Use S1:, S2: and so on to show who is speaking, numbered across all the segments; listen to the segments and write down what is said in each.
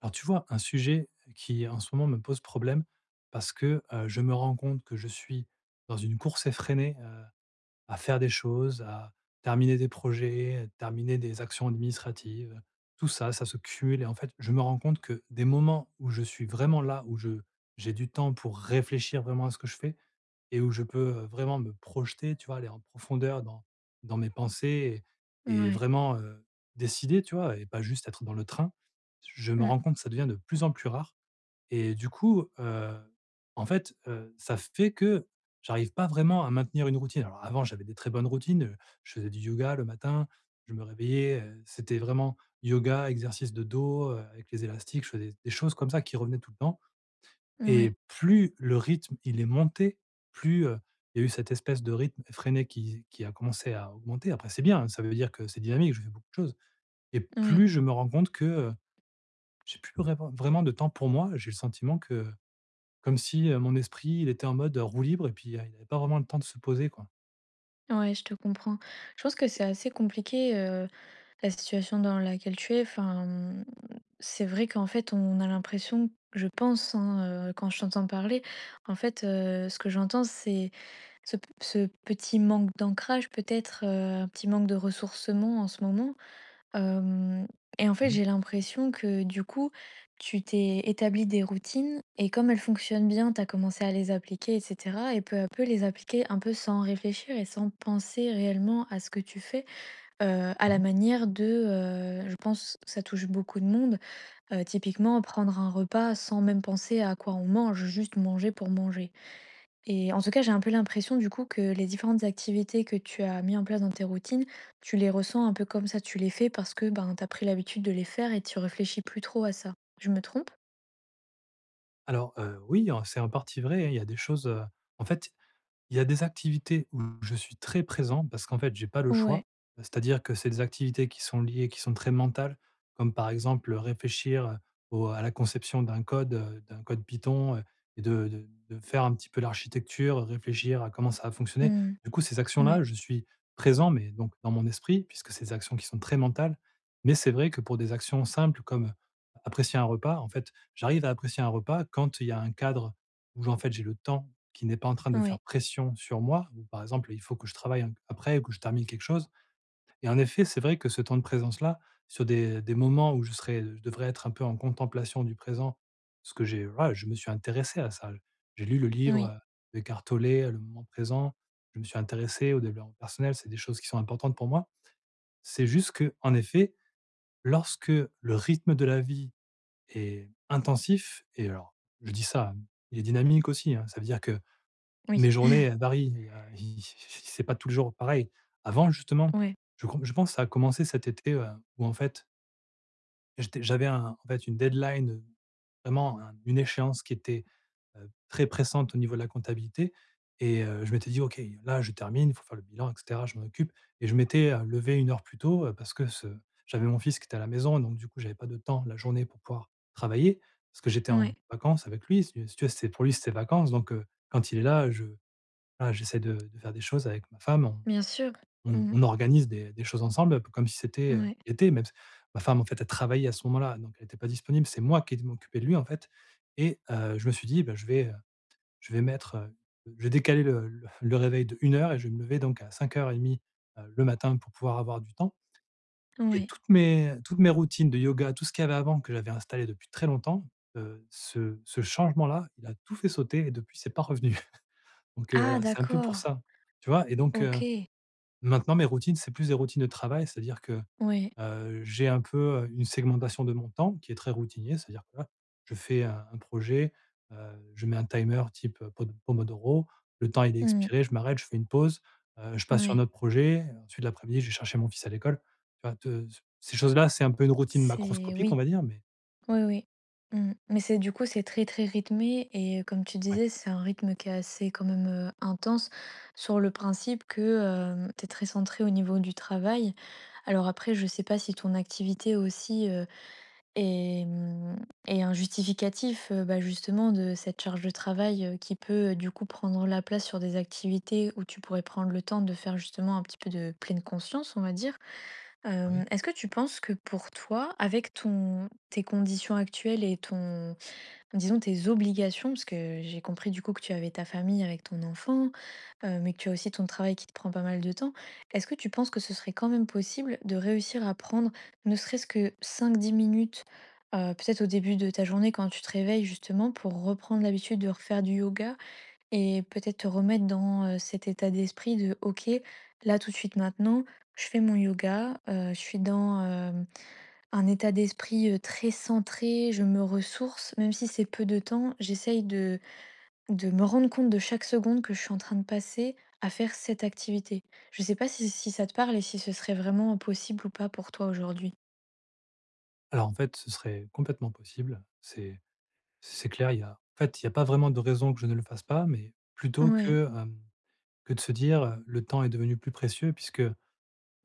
S1: Alors tu vois, un sujet qui en ce moment me pose problème parce que, je me rends compte que je suis dans une course effrénée, à faire des choses, à terminer des projets, terminer des actions administratives. Tout ça, ça se cumule et en fait, je me rends compte que des moments où je suis vraiment là, où je j'ai du temps pour réfléchir vraiment à ce que je fais, et où je peux, vraiment me projeter, tu vois? Aller en profondeur dans mes pensées et
S2: Ouais,
S1: vraiment, décider, tu vois? Et pas juste être dans le train. Je me
S2: mmh,
S1: rends compte que ça devient de plus en plus rare et du coup, en fait, ça fait que j'arrive pas vraiment à maintenir une routine. Alors avant, j'avais des très bonnes routines, je faisais du yoga le matin, je me réveillais, c'était vraiment yoga, exercices de dos, avec les élastiques, je faisais des choses comme ça qui revenaient tout le temps. Et
S2: ouais,
S1: plus le rythme, il est monté, plus, il y a eu cette espèce de rythme effréné qui a commencé à augmenter. Après c'est bien, ça veut dire que c'est dynamique, je fais beaucoup de choses et
S2: ouais,
S1: plus je me rends compte que, j'ai plus vraiment de temps pour moi. J'ai le sentiment que comme si, mon esprit, il était en mode roue libre et puis, il n'avait pas vraiment le temps de se poser, quoi.
S2: ouais, je te comprends. Je pense que c'est assez compliqué, la situation dans laquelle tu es. Enfin, mmh, c'est vrai qu'en fait, on a l'impression, je pense, hein, quand je t'entends parler, en fait, ce que j'entends, c'est ce petit manque d'ancrage peut-être, un petit manque de ressourcement en ce moment. Hem Et en fait,
S1: Mmh.
S2: j'ai l'impression que du coup, tu t'es établi des routines et comme elles fonctionnent bien, tu as commencé à les appliquer et cetera et peu à peu les appliquer un peu sans réfléchir et sans penser réellement à ce que tu fais, à la
S1: Mmh.
S2: manière de, je pense ça touche beaucoup de monde, typiquement prendre un repas sans même penser à quoi on mange, juste manger pour manger. Et en tout cas, j'ai un peu l'impression du coup que les différentes activités que tu as mis en place dans tes routines, tu les ressens un peu comme ça, tu les fais parce que ben, tu as pris l'habitude de les faire et tu réfléchis plus trop à ça. Je me trompe?
S1: Alors, oui, en c'est en partie vrai, hein, il y a des choses, en fait Il y a des activités où je suis très présent parce qu'en fait, j'ai pas le
S2: Ouais.
S1: choix. C'est-à-dire que c'est des activités qui sont liées, qui sont très mentales, comme par exemple réfléchir à la conception d'un code Python, et de faire un petit peu l'architecture, réfléchir à comment ça va fonctionner.
S2: Mm.
S1: Du coup, ces
S2: Ouais.
S1: actions-là, je suis présent, mais donc dans mon esprit, puisque c'est des actions qui sont très mentales. Mais c'est vrai que pour des actions simples comme apprécier un repas, en fait, j'arrive à apprécier un repas quand il y a un cadre où en fait j'ai le temps qui n'est pas en train de
S2: Ouais.
S1: faire pression sur moi, ou par exemple, il faut que je travaille en après ou que je termine quelque chose et en effet, c'est vrai que ce temps de présence-là, sur des moments où je devrais être un peu en contemplation du présent, parce que j'ai voilà, je me suis intéressé à ça. J'ai lu le livre,
S2: Oui.
S1: d'Eckhart Tolle, «Le moment présent», je me suis intéressé au développement personnel, c'est des choses qui sont importantes pour moi. C'est juste que en effet, lorsque le rythme de la vie est intensif et alors je dis ça, il est dynamique aussi, hein, ça veut dire que
S2: Oui.
S1: mes journées, elles varient. Il y a i c'est pas tous les jours pareil. Avant justement,
S2: Ouais.
S1: je pense que ça a commencé cet été, où en fait, j'avais un en fait une deadline, vraiment un une échéance qui était, très pressante au niveau de la comptabilité et je m'étais dit: «OK, là je termine, il faut faire le bilan et cetera, je m'en occupe» et je m'étais, levé une heure plus tôt, parce que ce j'avais mon fils qui était à la maison. Et donc du coup, j'avais pas de temps la journée pour pouvoir travailler parce que j'étais en
S2: Ouais.
S1: vacances avec lui. Si tu veux, c'est pour lui, c'était vacances donc quand il est là, je voilà, j'essaie de faire des choses avec ma femme. On
S2: Bien sûr.
S1: on
S2: Mm.
S1: on organise des choses ensemble, un peu comme si c'était,
S2: Ouais.
S1: l'été, même s ma femme, en fait, elle travaillait à ce moment-là, donc elle n'était pas disponible. C'est moi qui ai m'occuper de lui, en fait et je me suis dit: «Bah, je vais mettre, je vais décaler le réveil d'1 heure et je vais me lever donc à 5:30, le matin pour pouvoir avoir du temps» et
S2: Ouais.
S1: toutes mes routines de yoga, tout ce qu'il y avait avant que j'avais installé depuis très longtemps, ce changement-là, il a tout fait sauter et depuis, c'est pas revenu. Donc
S2: Ah,
S1: voilà, c'est un peu pour
S2: d'accord.
S1: ça, tu vois? Et donc heu.
S2: Ok.
S1: Maintenant, mes routines, c'est plus des routines de travail, c'est-à-dire que,
S2: Ouais.
S1: j'ai un peu, une segmentation de mon temps qui est très routinier. C'est-à-dire que là, je fais un projet, je mets un timer type, pod Pomodoro. Le temps, il est
S2: Mm.
S1: expiré, je m'arrête, je fais une pause, je passe sur
S2: Ouais.
S1: un autre projet. Ensuite, l'après-midi, j'ai cherché mon fils à l'école. Tu vois? Te Ces choses-là, c'est un peu une routine
S2: C'est
S1: macroscopique, on
S2: oui.
S1: va dire, mais voilà,
S2: Oui, oui. Mmh. Mais c'est du coup, c'est très, très rythmé et comme tu
S1: ouais,
S2: disais, c'est un rythme qui est assez quand même, intense sur le principe que, tu es très centré au niveau du travail. Alors après, je sais pas si ton activité aussi, et hem et un justificatif, bah, justement de cette charge de travail, qui peut, du coup prendre la place sur des activités où tu pourrais prendre le temps de faire justement un petit peu de pleine conscience, on va dire.
S1: oui.
S2: Est-ce que tu penses que pour toi, avec ton tes conditions actuelles et ton disons tes obligations, parce que j'ai compris du coup que tu avais ta famille avec ton enfant, mais que tu as aussi ton travail qui te prend pas mal de temps. Est-ce que tu penses que ce serait quand même possible de réussir à prendre ne serait-ce que 5-10 minutes, peut-être au début de ta journée quand tu te réveilles justement pour reprendre l'habitude de refaire du yoga et peut-être te remettre dans, cet état d'esprit de: «OK, là tout de suite maintenant, je fais mon yoga, je suis dans, un état d'esprit, très centré, je me ressource, même si c'est peu de temps, j'essaye de me rendre compte de chaque seconde que je suis en train de passer à faire cette activité. Je sais pas si ça te parle et si ce serait vraiment possible ou pas pour toi aujourd'hui?
S1: Alors en fait, ce serait complètement possible. C'est clair, il y a en fait, il n'y a pas vraiment de raison que je ne le fasse pas, mais plutôt
S2: Ouais,
S1: que, hem, que de se dire, «Le temps est devenu plus précieux» puisque,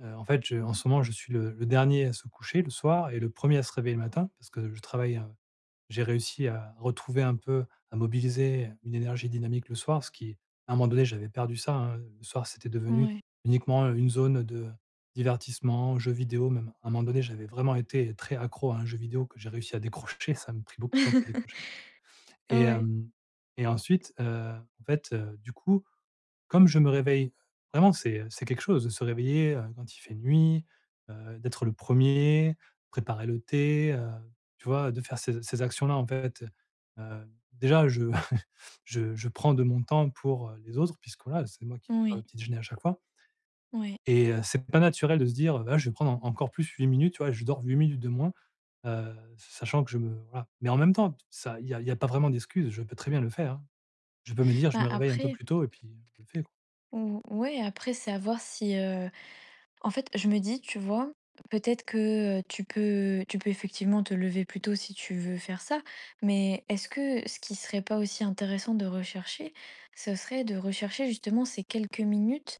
S1: en fait, je en ce moment, je suis le dernier à se coucher le soir et le premier à se réveiller le matin parce que je travaille, j'ai réussi à retrouver un peu, à mobiliser une énergie dynamique le soir, ce qui à un moment donné, j'avais perdu ça, hein. Le soir, c'était devenu
S2: ouais.
S1: uniquement une zone de divertissement, jeux vidéo même. À un moment donné, j'avais vraiment été très accro à un jeu vidéo que j'ai réussi à décrocher, ça me pris beaucoup de temps pour décrocher et
S2: Ouais,
S1: hem et ensuite, en fait, du coup, comme je me réveille vraiment, c'est quelque chose de se réveiller, quand il fait nuit, d'être le premier, préparer le thé, tu vois? De faire ces actions-là, en fait, heu, déjà je je prends de mon temps pour, les autres puisque, voilà, c'est moi qui prépare le
S2: oui,
S1: petit déjeuner à chaque fois
S2: oui.
S1: et c'est pas naturel de se dire: «Bah, je vais prendre en encore plus 8 minutes», tu vois? Je dors 8 minutes de moins, sachant que je me voilà, mais en même temps, ça il y a y a pas vraiment d'excuse, je peux très bien le faire, hein. Je peux me dire: «Je
S2: Bah,
S1: me réveille un peu
S2: après
S1: plus tôt» et puis je le fais, quoi.
S2: ou ouais, après c'est à voir si, en fait, je me dis, tu vois, peut-être que, tu peux effectivement te lever plus tôt si tu veux faire ça, mais est-ce que ce qui serait pas aussi intéressant de rechercher, ce serait de rechercher justement ces quelques minutes,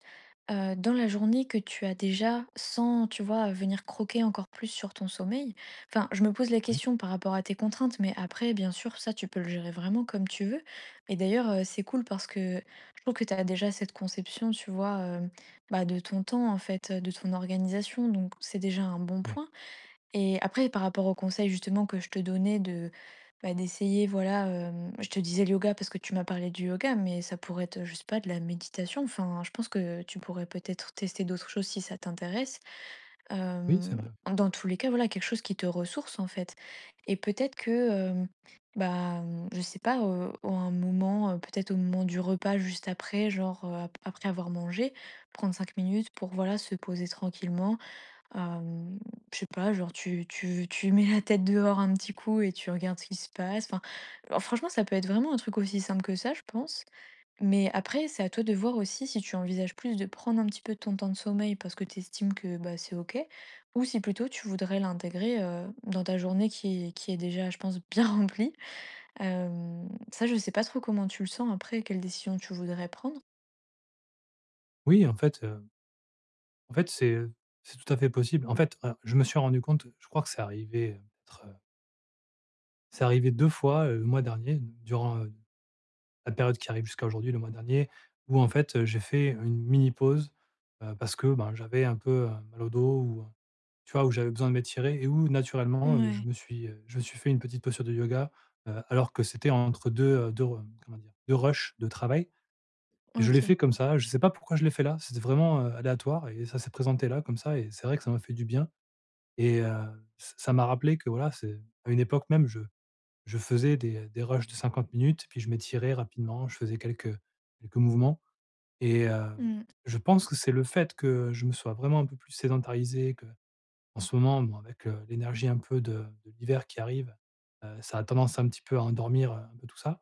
S2: dans la journée que tu as déjà sans, tu vois, venir croquer encore plus sur ton sommeil? Enfin, je me pose la
S1: Oui,
S2: question par rapport à tes contraintes, mais après bien sûr ça tu peux le gérer vraiment comme tu veux et d'ailleurs, c'est cool parce que je trouve que tu as déjà cette conception, tu vois, bah, de ton temps en fait, de ton organisation, donc c'est déjà un bon
S1: oui.
S2: point et après par rapport au conseil justement que je te donnais de, bah, d'essayer voilà, je te disais le yoga parce que tu m'as parlé du yoga, mais ça pourrait être, je sais pas, de la méditation, enfin je pense que tu pourrais peut-être tester d'autres choses si ça t'intéresse.
S1: Oui, c'est
S2: Hem,
S1: vrai.
S2: dans tous les cas, voilà, quelque chose qui te ressource, en fait et peut-être que, bah, mmh, je sais pas, au un moment, peut-être au moment du repas juste après, genre, ap après avoir mangé, prendre 5 minutes pour, voilà, se poser tranquillement. Hem, je sais pas, genre tu mets la tête dehors un petit coup et tu regardes ce qui se passe. Enfin, alors franchement, ça peut être vraiment un truc aussi simple que ça, je pense. Mais après, c'est à toi de voir aussi si tu envisages plus de prendre un petit peu de ton temps de sommeil parce que tu estimes que bah, c'est OK, ou si plutôt tu voudrais l'intégrer dans ta journée qui, qui est déjà, je pense, bien remplie. Euh, ça, je sais pas trop comment tu le sens après, quelle décision tu voudrais prendre.
S1: Oui, en fait, c'est tout à fait possible. En fait, je me suis rendu compte, je crois que c'est arrivé, peut-être, c'est arrivé 2 fois, le mois dernier, durant, la période qui arrive jusqu'à aujourd'hui, le mois dernier, où en fait, j'ai fait une mini pause, parce que, ben, j'avais un peu, mal au dos ou, tu vois? Où j'avais besoin de m'étirer et où naturellement,
S2: Ouais,
S1: je me suis fait une petite posture de yoga, alors que c'était entre 2 2 re comment dire? Deux rushs de travail. Et je l'ai
S2: ok.
S1: fait comme ça, je sais pas pourquoi je l'ai fait là, c'était vraiment, aléatoire et ça s'est présenté là comme ça et c'est vrai que ça m'a fait du bien et ç ça m'a rappelé que voilà, c'est à une époque même, je faisais des rushs de 50 minutes, puis je m'étirais rapidement, je faisais quelques mouvements et
S2: Hmm.
S1: je pense que c'est le fait que je me sois vraiment un peu plus sédentarisé, que en ce moment, bon, avec, l'énergie un peu de l'hiver qui arrive, ça a tendance un petit peu à endormir, un peu tout ça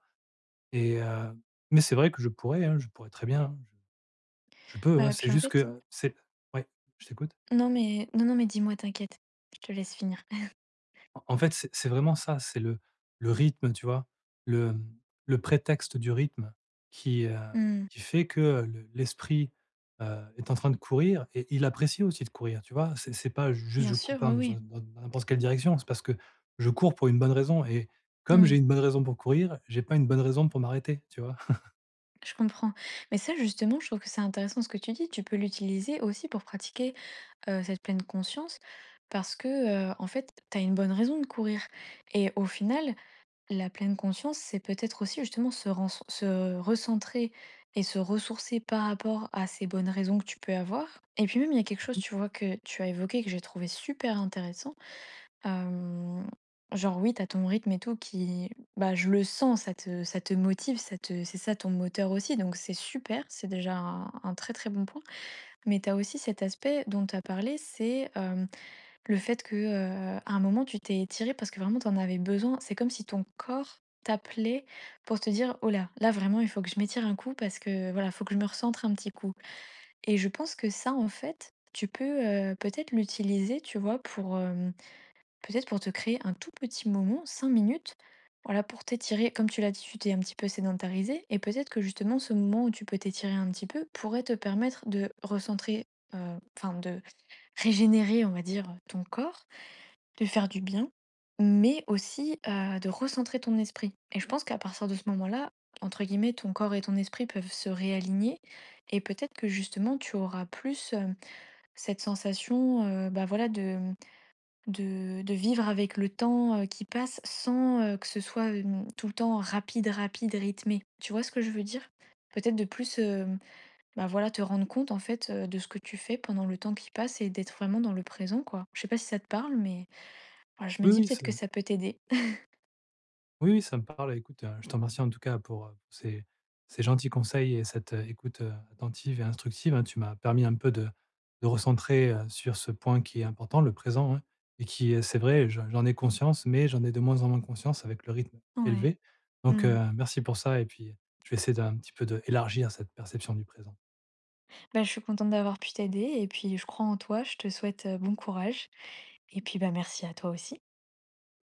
S1: et mais c'est vrai que je pourrais, hein, je pourrais très bien, hein. Je peux, hein,
S2: Bah,
S1: c'est
S2: puis en
S1: juste
S2: fait,
S1: que, c'est ouais, je t'écoute.
S2: non, mais, non, non, mais dis-moi, t'inquiète. Je te laisse finir.
S1: En fait, c'est vraiment ça, c'est le rythme, tu vois? Le, mmh, le prétexte du rythme qui, heu,
S2: Hmm.
S1: qui fait que, le l'esprit, est en train de courir et il apprécie aussi de courir, tu vois? C'est pas juste
S2: Bien
S1: je cours
S2: sûr,
S1: par
S2: oui,
S1: dans
S2: oui.
S1: dans dans n'importe quelle direction, c'est parce que je cours pour une bonne raison et comme j'ai
S2: Oui,
S1: une bonne raison pour courir, j'ai pas une bonne raison pour m'arrêter, tu vois?
S2: je comprends. Mais ça, justement, je trouve que c'est intéressant ce que tu dis. Tu peux l'utiliser aussi pour pratiquer cette pleine conscience parce que, en fait, tu as une bonne raison de courir et au final, la pleine conscience, c'est peut-être aussi justement se recentrer et se ressourcer par rapport à ces bonnes raisons que tu peux avoir et puis même, il y a quelque chose, tu vois, que tu as évoqué que j'ai trouvé super intéressant, hem, genre oui, tu as ton rythme et tout qui bah, je le sens, ça te motive, ça te c'est ça ton moteur aussi donc c'est super, c'est déjà un très, très bon point mais tu as aussi cet aspect dont tu as parlé, c'est, le fait que, à un moment tu t'es étirée parce que vraiment tu en avais besoin. C'est comme si ton corps t'appelait pour te dire: «Oh là, là vraiment il faut que je m'étire un coup parce que voilà, faut que je me recentre un petit coup» et je pense que ça en fait, tu peux, peut-être l'utiliser, tu vois, pour, peut-être pour te créer un tout petit moment, 5 minutes, voilà, pour t'étirer. Comme tu l'as dit, tu t'es un petit peu sédentarisé et peut-être que justement ce moment où tu peux t'étirer un petit peu pourrait te permettre de recentrer, enfin de régénérer, on va dire, ton corps, de faire du bien, mais aussi de recentrer ton esprit. Et je pense qu'à partir de ce moment-là, entre guillemets, ton corps et ton esprit peuvent se réaligner et peut-être que justement tu auras plus cette sensation, bah voilà, de vivre avec le temps, qui passe sans, que ce soit, tout le temps rapide, rapide, rythmé. Tu vois ce que je veux dire? Peut-être de plus, bah, voilà, te rendre compte en fait, de ce que tu fais pendant le temps qui passe et d'être vraiment dans le présent, quoi. Je sais pas si ça te parle, mais voilà, je me
S1: Oui,
S2: dis
S1: oui,
S2: peut-être
S1: c'est
S2: que ça peut t'aider.
S1: Oui, oui, ça me parle. Écoute, je te remercie en tout cas pour, ces gentils conseils et cette, écoute, attentive et instructive, hein. Tu m'as permis un peu de recentrer, sur ce point qui est important, le présent, hein, et qui, c'est vrai, je j'en ai conscience, mais j'en ai de moins en moins conscience avec le rythme
S2: Ouais.
S1: élevé. Donc,
S2: Mmh.
S1: merci pour ça et puis, je vais essayer d'un petit peu d'élargir cette perception du présent.
S2: Bah, je suis contente d'avoir pu t'aider et puis je crois en toi, je te souhaite, bon courage et puis, bah, merci à toi aussi.